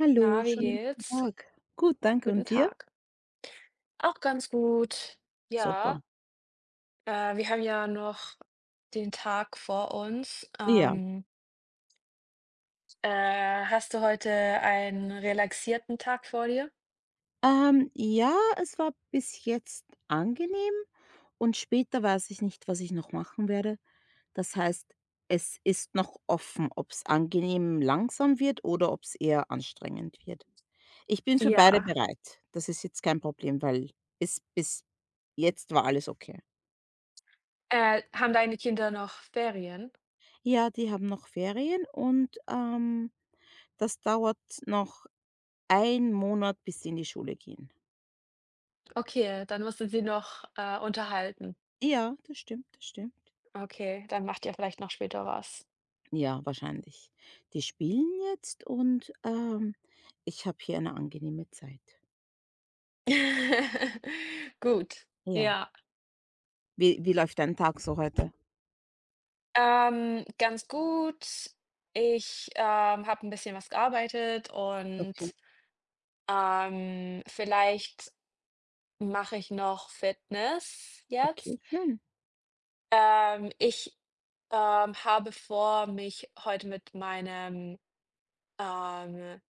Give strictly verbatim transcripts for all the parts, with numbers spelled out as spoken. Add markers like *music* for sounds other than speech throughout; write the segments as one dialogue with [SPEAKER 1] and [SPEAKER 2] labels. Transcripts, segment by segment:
[SPEAKER 1] Hallo,
[SPEAKER 2] Na, wie
[SPEAKER 1] schönen guten
[SPEAKER 2] geht's?
[SPEAKER 1] Tag. Gut, danke
[SPEAKER 2] Guten
[SPEAKER 1] und dir?
[SPEAKER 2] Tag. Auch ganz gut.
[SPEAKER 1] Super.
[SPEAKER 2] Ja, äh, wir haben ja noch den Tag vor uns.
[SPEAKER 1] Ja.
[SPEAKER 2] Ähm, äh, hast du heute einen relaxierten Tag vor dir?
[SPEAKER 1] Ähm, ja, es war bis jetzt angenehm und später weiß ich nicht, was ich noch machen werde. Das heißt, es ist noch offen, ob es angenehm langsam wird oder ob es eher anstrengend wird. Ich bin für beide
[SPEAKER 2] Ja.
[SPEAKER 1] bereit. Das ist jetzt kein Problem, weil bis bis jetzt war alles okay.
[SPEAKER 2] Äh, haben deine Kinder noch Ferien?
[SPEAKER 1] Ja, die haben noch Ferien und, ähm, das dauert noch einen Monat, bis sie in die Schule gehen.
[SPEAKER 2] Okay, dann musst du sie noch äh, unterhalten.
[SPEAKER 1] Ja, das stimmt, das stimmt.
[SPEAKER 2] Okay, dann macht ihr vielleicht noch später was.
[SPEAKER 1] Ja, wahrscheinlich. Die spielen jetzt und, ähm, ich habe hier eine angenehme Zeit.
[SPEAKER 2] *laughs* Gut,
[SPEAKER 1] Ja.
[SPEAKER 2] ja.
[SPEAKER 1] Wie wie läuft dein Tag so heute?
[SPEAKER 2] Ähm, ganz gut. Ich, ähm, habe ein bisschen was gearbeitet und,
[SPEAKER 1] Okay.
[SPEAKER 2] ähm, vielleicht mache ich noch Fitness
[SPEAKER 1] Okay,
[SPEAKER 2] jetzt.
[SPEAKER 1] schön.
[SPEAKER 2] Ähm, ich, ähm, habe vor, mich heute mit meinem, ähm,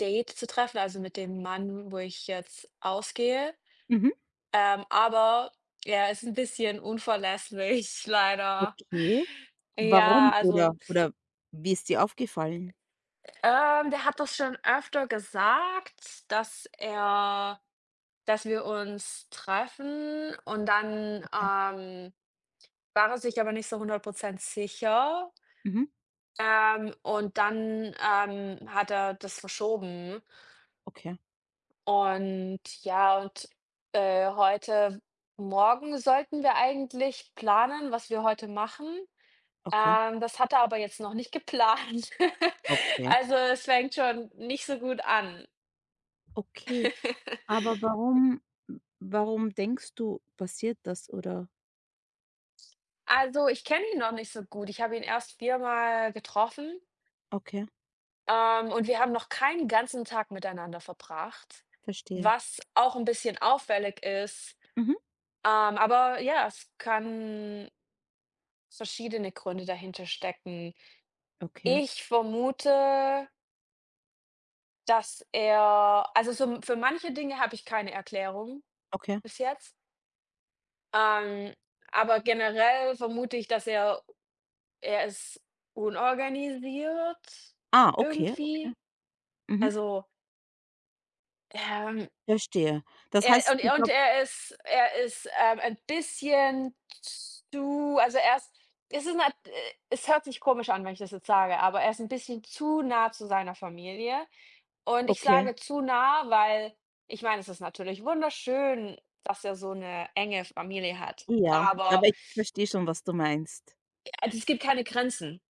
[SPEAKER 2] Date zu treffen, also mit dem Mann, wo ich jetzt ausgehe.
[SPEAKER 1] Mhm.
[SPEAKER 2] Ähm, aber er ist ein bisschen unverlässlich, *laughs* leider.
[SPEAKER 1] Okay.
[SPEAKER 2] Ja,
[SPEAKER 1] Warum oder
[SPEAKER 2] also,
[SPEAKER 1] oder wie ist dir aufgefallen?
[SPEAKER 2] Ähm, der hat das schon öfter gesagt, dass er dass wir uns treffen und dann,
[SPEAKER 1] Okay.
[SPEAKER 2] ähm, war er sich aber nicht so hundert sicher.
[SPEAKER 1] Mhm.
[SPEAKER 2] Ähm, und dann, ähm, hat er das verschoben.
[SPEAKER 1] Okay,
[SPEAKER 2] Und ja, und, äh, heute Morgen sollten wir eigentlich planen, was wir heute machen.
[SPEAKER 1] okay,
[SPEAKER 2] Ähm, das hat er aber jetzt noch nicht geplant. *laughs*
[SPEAKER 1] okay,
[SPEAKER 2] Also, es fängt schon nicht so gut an.
[SPEAKER 1] okay. Aber warum warum denkst du, passiert das oder
[SPEAKER 2] Also, ich kenne ihn noch nicht so gut. Ich habe ihn erst viermal getroffen,
[SPEAKER 1] okay,
[SPEAKER 2] ähm, und wir haben noch keinen ganzen Tag miteinander verbracht,
[SPEAKER 1] verstehe.
[SPEAKER 2] was auch 'n bisschen auffällig ist.
[SPEAKER 1] Mhm.
[SPEAKER 2] Ähm, aber ja, es kann verschiedene Gründe dahinter stecken.
[SPEAKER 1] Okay,
[SPEAKER 2] Ich vermute, dass er also, so für manche Dinge habe ich keine Erklärung
[SPEAKER 1] okay.
[SPEAKER 2] bis jetzt, ähm, aber generell vermute ich, dass er er ist unorganisiert
[SPEAKER 1] Ah, okay, okay.
[SPEAKER 2] irgendwie.
[SPEAKER 1] Mhm.
[SPEAKER 2] Also, ähm,
[SPEAKER 1] Verstehe. Das
[SPEAKER 2] er
[SPEAKER 1] heißt,
[SPEAKER 2] und
[SPEAKER 1] du
[SPEAKER 2] er und
[SPEAKER 1] glaubst
[SPEAKER 2] er ist er ist, ähm, ein bisschen zu also, er ist es ist nat äh, es hört sich komisch an, wenn ich das jetzt sage, aber er ist 'n bisschen zu nah zu seiner Familie. Und ich
[SPEAKER 1] okay,
[SPEAKER 2] sage zu nah, weil ich meine, es ist natürlich wunderschön, dass er so 'ne enge Familie hat,
[SPEAKER 1] ja,
[SPEAKER 2] aber,
[SPEAKER 1] aber ich verstehe schon, was du meinst.
[SPEAKER 2] äh, es gibt keine Grenzen.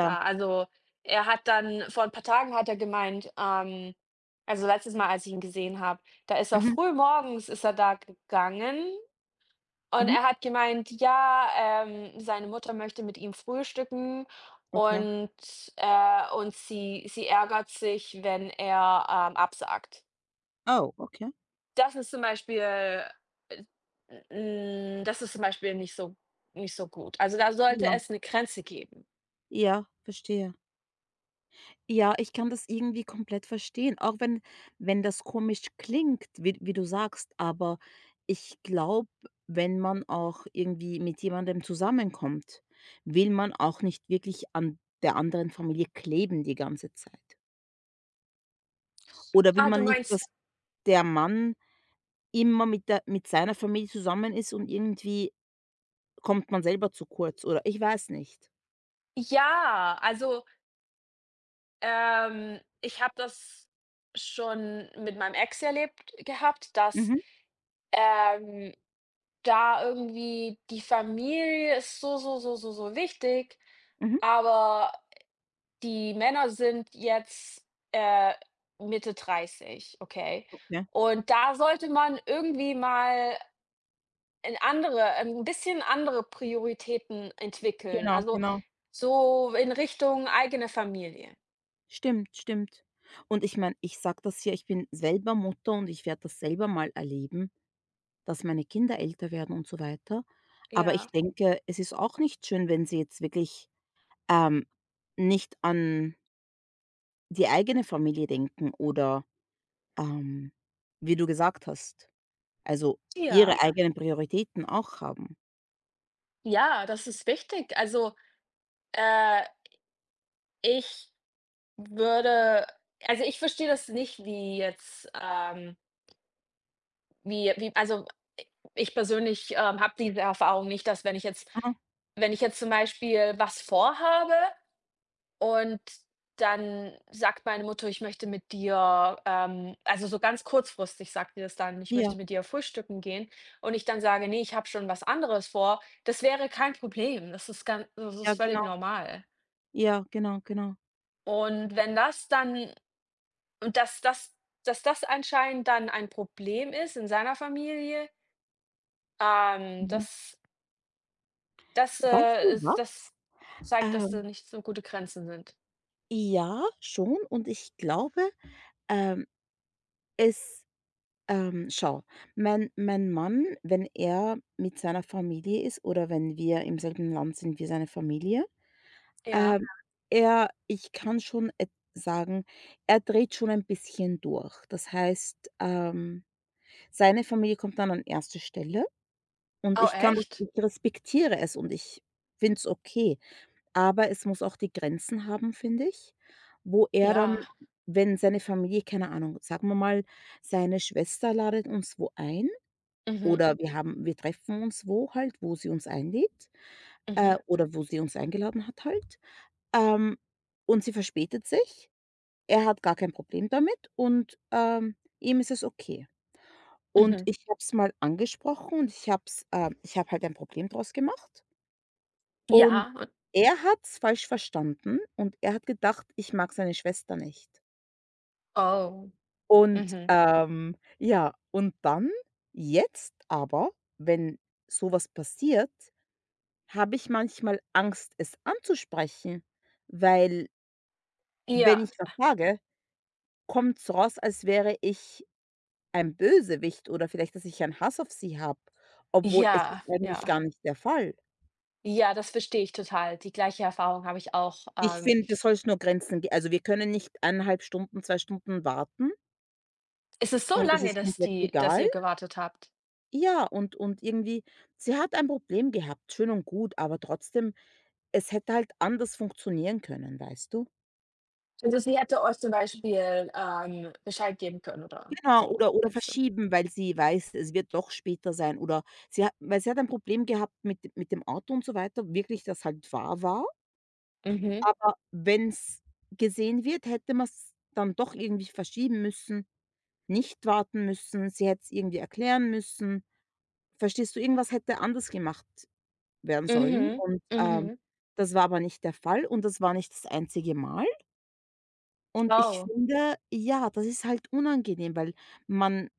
[SPEAKER 2] Da, also, er hat dann vor ein paar Tagen hat er gemeint, ähm also, letztes Mal, als ich ihn gesehen habe, da ist er
[SPEAKER 1] mhm,
[SPEAKER 2] früh morgens ist er da gegangen und
[SPEAKER 1] mhm,
[SPEAKER 2] er hat gemeint, ja, ähm, seine Mutter möchte mit ihm frühstücken
[SPEAKER 1] okay.
[SPEAKER 2] und, äh und sie sie ärgert sich, wenn er, ähm, absagt.
[SPEAKER 1] Oh, okay.
[SPEAKER 2] Das ist zum Beispiel, äh, hm Das ist zum Beispiel nicht so nicht so gut. Also, da sollte
[SPEAKER 1] Ja,
[SPEAKER 2] es eine Grenze geben.
[SPEAKER 1] ja, verstehe. Ja, ich kann das irgendwie komplett verstehen, auch wenn wenn das komisch klingt, wie wie du sagst, aber ich glaube, wenn man auch irgendwie mit jemandem zusammenkommt, will man auch nicht wirklich an der anderen Familie kleben die ganze Zeit. Oder will
[SPEAKER 2] Ah, du
[SPEAKER 1] man nicht, dass
[SPEAKER 2] meinst.
[SPEAKER 1] der Mann immer mit der mit seiner Familie zusammen ist und irgendwie kommt man selber zu kurz oder ich weiß nicht.
[SPEAKER 2] Ja, also, Ähm, ich habe das schon mit meinem Ex erlebt gehabt, dass,
[SPEAKER 1] Mhm,
[SPEAKER 2] ähm, da irgendwie die Familie ist so, so, so, so, so wichtig,
[SPEAKER 1] mhm.
[SPEAKER 2] aber die Männer sind jetzt, äh, Mitte dreißig, okay?
[SPEAKER 1] Okay.
[SPEAKER 2] Und da sollte man irgendwie mal in andere ein bisschen andere Prioritäten entwickeln,
[SPEAKER 1] Genau,
[SPEAKER 2] also
[SPEAKER 1] genau.
[SPEAKER 2] so in Richtung eigene Familie.
[SPEAKER 1] Stimmt, stimmt. Und ich meine, ich sage das hier, ich bin selber Mutter und ich werde das selber mal erleben, dass meine Kinder älter werden und so weiter. Aber
[SPEAKER 2] Ja.
[SPEAKER 1] ich denke, es ist auch nicht schön, wenn sie jetzt wirklich, ähm, nicht an die eigene Familie denken oder, ähm, wie du gesagt hast, also ihre
[SPEAKER 2] Ja.
[SPEAKER 1] eigenen Prioritäten auch haben.
[SPEAKER 2] Ja, das ist wichtig. Also, äh, ich würde also, Ich verstehe das nicht, wie jetzt, ähm wie wie also, ich persönlich, ähm, habe diese Erfahrung nicht, dass wenn ich jetzt wenn ich jetzt zum Beispiel was vorhabe und dann sagt meine Mutter: „Ich möchte mit dir" ähm, also, so ganz kurzfristig sagt sie das dann: „Ich
[SPEAKER 1] Ja,
[SPEAKER 2] möchte mit dir frühstücken gehen" und ich dann sage: nee, ich habe schon was anderes vor." Das wäre kein Problem. Das ist ganz, das
[SPEAKER 1] ja,
[SPEAKER 2] ist
[SPEAKER 1] genau.
[SPEAKER 2] völlig normal.
[SPEAKER 1] Ja, genau, genau.
[SPEAKER 2] Und wenn das dann Und dass das dass das anscheinend dann ein Problem ist in seiner Familie, ähm,
[SPEAKER 1] Mhm.
[SPEAKER 2] das das,
[SPEAKER 1] Weißt
[SPEAKER 2] äh,
[SPEAKER 1] du
[SPEAKER 2] ist
[SPEAKER 1] was?
[SPEAKER 2] das zeigt, dass da
[SPEAKER 1] Ähm,
[SPEAKER 2] nicht so gute Grenzen sind.
[SPEAKER 1] ja, schon und ich glaube, ähm, es ähm, schau, mein mein Mann, wenn er mit seiner Familie ist oder wenn wir im selben Land sind wie seine Familie,
[SPEAKER 2] Ja.
[SPEAKER 1] ähm, Ja. er Ich kann schon et sagen, er dreht schon ein bisschen durch. Das heißt, ähm, seine Familie kommt dann an erste Stelle und
[SPEAKER 2] Oh,
[SPEAKER 1] ich kann das
[SPEAKER 2] echt?
[SPEAKER 1] ich respektiere es und ich finde es okay. Aber es muss auch die Grenzen haben, finde ich, wo er dann,
[SPEAKER 2] Ja.
[SPEAKER 1] wenn seine Familie, keine Ahnung, sagen wir mal, seine Schwester ladet uns wo ein
[SPEAKER 2] Mhm,
[SPEAKER 1] oder wir haben wir treffen uns wo halt, wo sie uns einlädt,
[SPEAKER 2] mhm,
[SPEAKER 1] äh, oder wo sie uns eingeladen hat halt, ähm, und sie verspätet sich. Er hat gar kein Problem damit und, ähm, ihm ist es okay. Und
[SPEAKER 2] mhm.
[SPEAKER 1] ich habe es mal angesprochen und ich habe es ähm, ich habe halt ein Problem draus gemacht. Und
[SPEAKER 2] Ja, und
[SPEAKER 1] er hat's falsch verstanden und er hat gedacht, ich mag seine Schwester nicht.
[SPEAKER 2] oh,
[SPEAKER 1] Und,
[SPEAKER 2] mhm.
[SPEAKER 1] ähm, ja, und dann jetzt aber, wenn sowas passiert, habe ich manchmal Angst, es anzusprechen, weil wenn
[SPEAKER 2] Ja,
[SPEAKER 1] ich was sage, kommt's raus, als wäre ich ein Bösewicht oder vielleicht, dass ich einen Hass auf sie habe, obwohl es ist
[SPEAKER 2] ja, ja.
[SPEAKER 1] eigentlich gar nicht der Fall.
[SPEAKER 2] Ja, das verstehe ich total. Die gleiche Erfahrung habe ich auch.
[SPEAKER 1] Ich
[SPEAKER 2] Ähm,
[SPEAKER 1] finde, es soll nur Grenzen geben. Also, wir können nicht eineinhalb Stunden, zwei Stunden warten.
[SPEAKER 2] es ist so
[SPEAKER 1] Und es
[SPEAKER 2] lange,
[SPEAKER 1] ist
[SPEAKER 2] dass
[SPEAKER 1] komplett
[SPEAKER 2] die dass
[SPEAKER 1] egal.
[SPEAKER 2] ihr gewartet habt?
[SPEAKER 1] Ja, und und irgendwie sie hat ein Problem gehabt, schön und gut, aber trotzdem, es hätte halt anders funktionieren können, weißt du?
[SPEAKER 2] Also, sie hätte euch zum Beispiel, ähm, Bescheid geben können oder
[SPEAKER 1] Genau,
[SPEAKER 2] so,
[SPEAKER 1] oder oder
[SPEAKER 2] meinst du?
[SPEAKER 1] verschieben, weil sie weiß, es wird doch später sein oder sie hat weil sie hat ein Problem gehabt mit mit dem Auto und so weiter, wirklich, das halt wahr war.
[SPEAKER 2] Mhm,
[SPEAKER 1] Aber wenn es gesehen wird, hätte man es dann doch irgendwie verschieben müssen, nicht warten müssen, sie hätte's irgendwie erklären müssen. Verstehst du, irgendwas hätte anders gemacht werden sollen
[SPEAKER 2] mhm,
[SPEAKER 1] und, ähm,
[SPEAKER 2] mhm.
[SPEAKER 1] das war aber nicht der Fall und das war nicht das einzige Mal und ich
[SPEAKER 2] Oh,
[SPEAKER 1] finde, ja, das ist halt unangenehm, weil man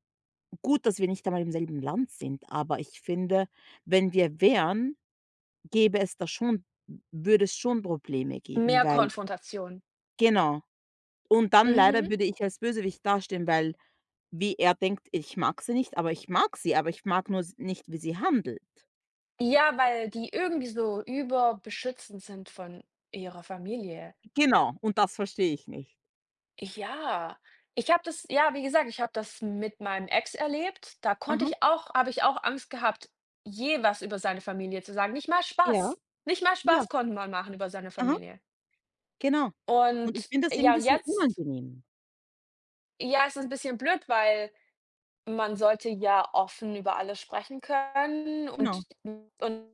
[SPEAKER 1] gut, dass wir nicht einmal im selben Land sind, aber ich finde, wenn wir wären, gäbe es da schon würde es schon Probleme geben,
[SPEAKER 2] mehr
[SPEAKER 1] weil
[SPEAKER 2] Konfrontation.
[SPEAKER 1] genau. Und dann leider
[SPEAKER 2] Mhm.
[SPEAKER 1] würde ich als Bösewicht dastehen, weil wie er denkt, ich mag sie nicht, aber ich mag sie, aber ich mag nur s nicht, wie sie handelt.
[SPEAKER 2] Ja, weil die irgendwie so überbeschützend sind von ihrer Familie.
[SPEAKER 1] Genau, und das verstehe ich nicht.
[SPEAKER 2] Ja, ich habe das ja, wie gesagt, ich habe das mit meinem Ex erlebt. Da konnte
[SPEAKER 1] Aha,
[SPEAKER 2] ich auch habe ich auch Angst gehabt, je was über seine Familie zu sagen. Nicht mal
[SPEAKER 1] ja,
[SPEAKER 2] Spaß. Nicht mal
[SPEAKER 1] ja,
[SPEAKER 2] Spaß konnte man machen über seine
[SPEAKER 1] aha.
[SPEAKER 2] Familie.
[SPEAKER 1] Genau. Und ich
[SPEAKER 2] Und
[SPEAKER 1] finde das
[SPEAKER 2] ja,
[SPEAKER 1] irgendwie
[SPEAKER 2] und
[SPEAKER 1] so
[SPEAKER 2] jetzt
[SPEAKER 1] unangenehm.
[SPEAKER 2] Ja, es ist ein bisschen blöd, weil man sollte ja offen über alles sprechen können
[SPEAKER 1] Genau.
[SPEAKER 2] und und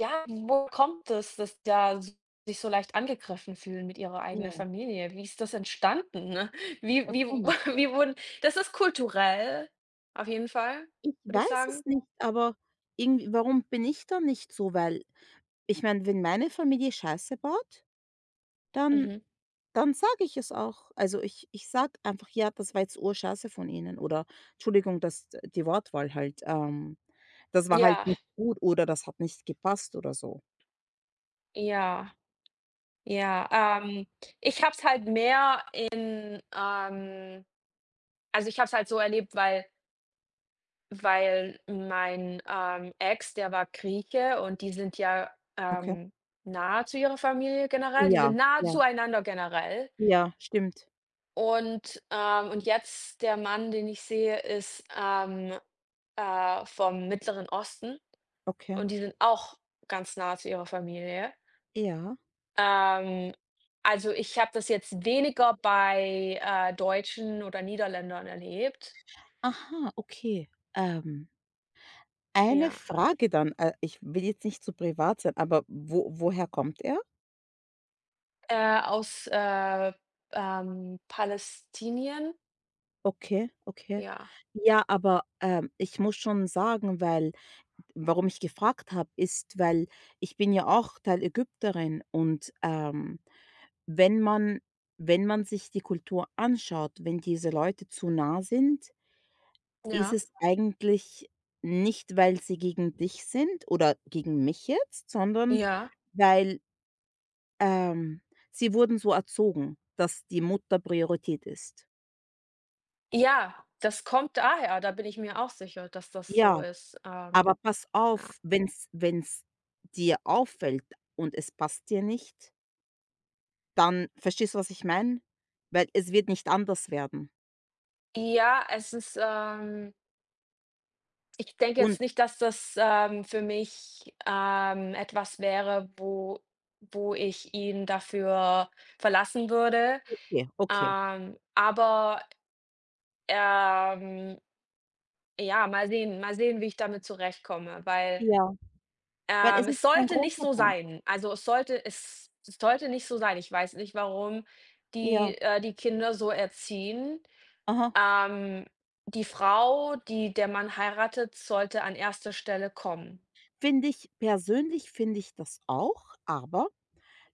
[SPEAKER 2] ja, wo kommt es, dass da sich so leicht angegriffen fühlen mit ihrer eigenen
[SPEAKER 1] Ja,
[SPEAKER 2] Familie? Wie ist das entstanden, ne? Wie
[SPEAKER 1] ja,
[SPEAKER 2] wie
[SPEAKER 1] komisch,
[SPEAKER 2] *laughs*
[SPEAKER 1] ja.
[SPEAKER 2] wie wurden das ist kulturell, auf jeden Fall,
[SPEAKER 1] Ich
[SPEAKER 2] würde ich
[SPEAKER 1] weiß
[SPEAKER 2] sagen.
[SPEAKER 1] es nicht, aber irgendwie warum bin ich da nicht so? Weil ich meine, wenn meine Familie Scheiße baut, dann
[SPEAKER 2] Mhm.
[SPEAKER 1] dann sage ich es auch. Also, ich ich sage einfach: „Ja, das war jetzt Urscheiße von Ihnen“ oder Entschuldigung, dass die Wortwahl halt, ähm „das war halt
[SPEAKER 2] Ja,
[SPEAKER 1] nicht gut“ oder „das hat nicht gepasst“ oder so.
[SPEAKER 2] ja, ja. Ähm, ich habe es halt mehr in, ähm Also, ich habe es halt so erlebt, weil Weil mein, ähm, Ex, der war Grieche und die sind ja,
[SPEAKER 1] Okay.
[SPEAKER 2] ähm, nahe zu ihrer Familie generell. Die
[SPEAKER 1] Ja,
[SPEAKER 2] sind nahe
[SPEAKER 1] ja,
[SPEAKER 2] zueinander generell.
[SPEAKER 1] ja, stimmt.
[SPEAKER 2] Und, ähm und jetzt der Mann, den ich sehe, ist, ähm, äh, vom Mittleren Osten
[SPEAKER 1] Okay.
[SPEAKER 2] und die sind auch ganz nah zu ihrer Familie.
[SPEAKER 1] Ja.
[SPEAKER 2] Ähm, also, ich habe das jetzt weniger bei, äh, Deutschen oder Niederländern erlebt.
[SPEAKER 1] Aha, okay. Ähm Eine
[SPEAKER 2] Ja.
[SPEAKER 1] Frage dann, äh, ich will jetzt nicht zu privat sein, aber wo woher kommt er?
[SPEAKER 2] Äh, aus, äh, ähm, Palästinien?
[SPEAKER 1] Okay, okay.
[SPEAKER 2] Ja,
[SPEAKER 1] Ja, aber, ähm, ich muss schon sagen, weil warum ich gefragt habe, ist, weil ich bin ja auch Teil Ägypterin und, ähm, wenn man wenn man sich die Kultur anschaut, wenn diese Leute zu nah sind, ist
[SPEAKER 2] ja,
[SPEAKER 1] es eigentlich nicht, weil sie gegen dich sind oder gegen mich jetzt, sondern
[SPEAKER 2] ja.
[SPEAKER 1] weil Ähm, sie wurden so erzogen, dass die Mutter Priorität ist.
[SPEAKER 2] Ja, das kommt daher, da bin ich mir auch sicher, dass das so
[SPEAKER 1] Ja,
[SPEAKER 2] ist. Ähm,
[SPEAKER 1] aber pass
[SPEAKER 2] ja.
[SPEAKER 1] auf, wenn's wenn's dir auffällt und es passt dir nicht, dann verstehst du, was ich meine? Weil es wird nicht anders werden.
[SPEAKER 2] Ja, es ist, ähm ich denke
[SPEAKER 1] Und
[SPEAKER 2] jetzt nicht, dass das, ähm, für mich, ähm, etwas wäre, wo wo ich ihn dafür verlassen würde.
[SPEAKER 1] okay, okay.
[SPEAKER 2] Ähm, aber, ähm, ja, mal sehen, mal sehen, wie ich damit zurechtkomme, weil
[SPEAKER 1] Ja, weil
[SPEAKER 2] Ähm,
[SPEAKER 1] es ist
[SPEAKER 2] es
[SPEAKER 1] ein
[SPEAKER 2] sollte nicht
[SPEAKER 1] großer
[SPEAKER 2] so
[SPEAKER 1] Punkt.
[SPEAKER 2] sein. Also, es sollte es es sollte nicht so sein. Ich weiß nicht, warum die,
[SPEAKER 1] Ja,
[SPEAKER 2] äh die Kinder so erziehen.
[SPEAKER 1] aha.
[SPEAKER 2] Ähm, Die Frau, die der Mann heiratet, sollte an erster Stelle kommen.
[SPEAKER 1] Finde ich persönlich finde ich das auch, aber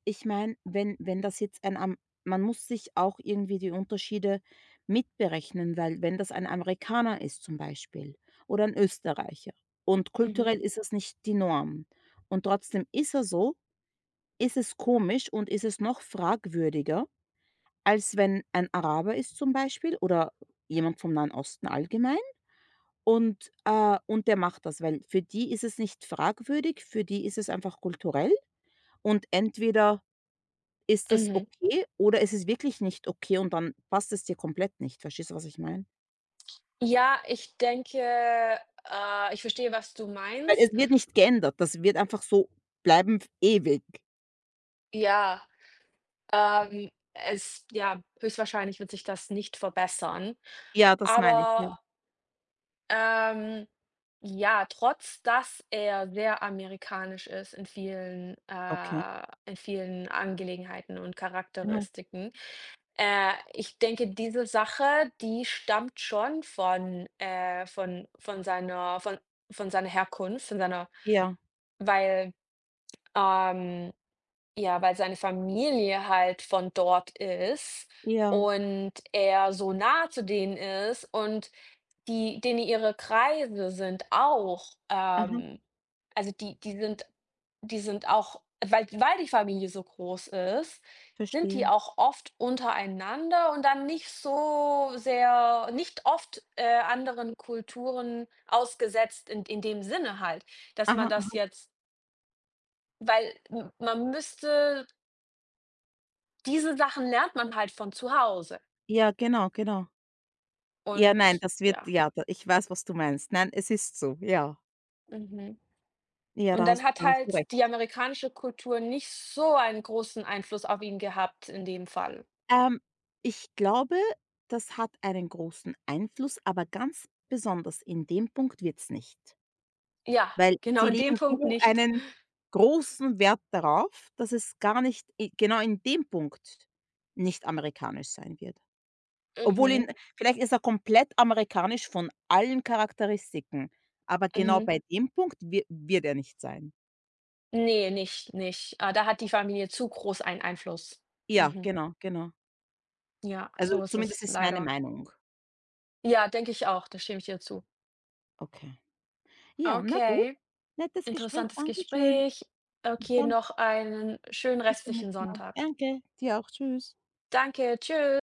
[SPEAKER 1] ich meine, wenn wenn das jetzt ein Am man muss sich auch irgendwie die Unterschiede mitberechnen, weil wenn das ein Amerikaner ist zum Beispiel oder ein Österreicher und
[SPEAKER 2] Mhm.
[SPEAKER 1] kulturell ist das nicht die Norm und trotzdem ist er so, ist es komisch und ist es noch fragwürdiger, als wenn ein Araber ist zum Beispiel oder jemand vom Nahen Osten allgemein und, äh und der macht das, weil für die ist es nicht fragwürdig, für die ist es einfach kulturell und entweder ist das
[SPEAKER 2] Mhm.
[SPEAKER 1] okay oder ist es wirklich nicht okay und dann passt es dir komplett nicht? Verstehst du, was ich meine?
[SPEAKER 2] Ja, ich denke, äh, ich verstehe, was du
[SPEAKER 1] Weil es
[SPEAKER 2] meinst.
[SPEAKER 1] wird nicht geändert, das wird einfach so bleiben f ewig.
[SPEAKER 2] Ja, ähm, es ja, höchstwahrscheinlich wird sich das nicht verbessern,
[SPEAKER 1] Ja, das meine ich, ja.
[SPEAKER 2] aber Ähm, ja, trotz dass er sehr amerikanisch ist in vielen
[SPEAKER 1] Okay.
[SPEAKER 2] äh, in vielen Angelegenheiten und
[SPEAKER 1] Mhm.
[SPEAKER 2] Charakteristiken. Äh, ich denke, diese Sache, die stammt schon von äh, von von seiner von von seiner Herkunft, von seiner
[SPEAKER 1] Ja,
[SPEAKER 2] weil, ähm ja, weil seine Familie halt von dort ist
[SPEAKER 1] ja.
[SPEAKER 2] und er so nah zu denen ist und die denen ihre Kreise sind auch,
[SPEAKER 1] Aha,
[SPEAKER 2] ähm also die die sind die sind auch weil weil die Familie so groß ist, sind die
[SPEAKER 1] verstehe.
[SPEAKER 2] auch oft untereinander und dann nicht so sehr nicht oft, äh, anderen Kulturen ausgesetzt in in dem Sinne halt, dass man
[SPEAKER 1] Aha, a
[SPEAKER 2] das jetzt weil m man müsste diese Sachen lernt man halt von zu Hause
[SPEAKER 1] ja, genau, genau. Ja, nein,
[SPEAKER 2] und
[SPEAKER 1] das wird
[SPEAKER 2] ja,
[SPEAKER 1] ja, da ich weiß, was du meinst. Nein, es ist so, ja.
[SPEAKER 2] mhm.
[SPEAKER 1] Ja,
[SPEAKER 2] Und
[SPEAKER 1] da
[SPEAKER 2] dann
[SPEAKER 1] hast
[SPEAKER 2] hat
[SPEAKER 1] da hast du recht.
[SPEAKER 2] halt die amerikanische Kultur nicht so einen großen Einfluss auf ihn gehabt in dem Fall.
[SPEAKER 1] Ähm, ich glaube, das hat einen großen Einfluss, aber ganz besonders in dem Punkt wird's nicht.
[SPEAKER 2] Ja,
[SPEAKER 1] Weil
[SPEAKER 2] genau
[SPEAKER 1] sie
[SPEAKER 2] in dem
[SPEAKER 1] legen
[SPEAKER 2] Punkt
[SPEAKER 1] so
[SPEAKER 2] nicht.
[SPEAKER 1] einen großen Wert darauf, dass es gar nicht i genau in dem Punkt nicht amerikanisch sein wird. Obwohl ihn
[SPEAKER 2] Mhm,
[SPEAKER 1] vielleicht ist er komplett amerikanisch von allen Charakteristiken, aber genau
[SPEAKER 2] mhm.
[SPEAKER 1] bei dem Punkt wi wird er nicht sein.
[SPEAKER 2] Ne, nicht nicht. Äh, da hat die Familie zu groß einen Einfluss.
[SPEAKER 1] Ja,
[SPEAKER 2] Mhm.
[SPEAKER 1] genau, genau.
[SPEAKER 2] Ja,
[SPEAKER 1] Also,
[SPEAKER 2] so ist
[SPEAKER 1] zumindest
[SPEAKER 2] es
[SPEAKER 1] ist meine
[SPEAKER 2] leider.
[SPEAKER 1] Meinung.
[SPEAKER 2] Ja, denke ich auch, da stimme ich dir zu.
[SPEAKER 1] Okay. Ja, na gut.
[SPEAKER 2] Okay,
[SPEAKER 1] Nettes Gespräch.
[SPEAKER 2] interessantes
[SPEAKER 1] Danke.
[SPEAKER 2] Gespräch. Okay,
[SPEAKER 1] Dann
[SPEAKER 2] noch einen schönen
[SPEAKER 1] bis zum
[SPEAKER 2] restlichen
[SPEAKER 1] nächsten Mal.
[SPEAKER 2] Sonntag.
[SPEAKER 1] Danke, dir auch. Tschüss.
[SPEAKER 2] Danke, tschü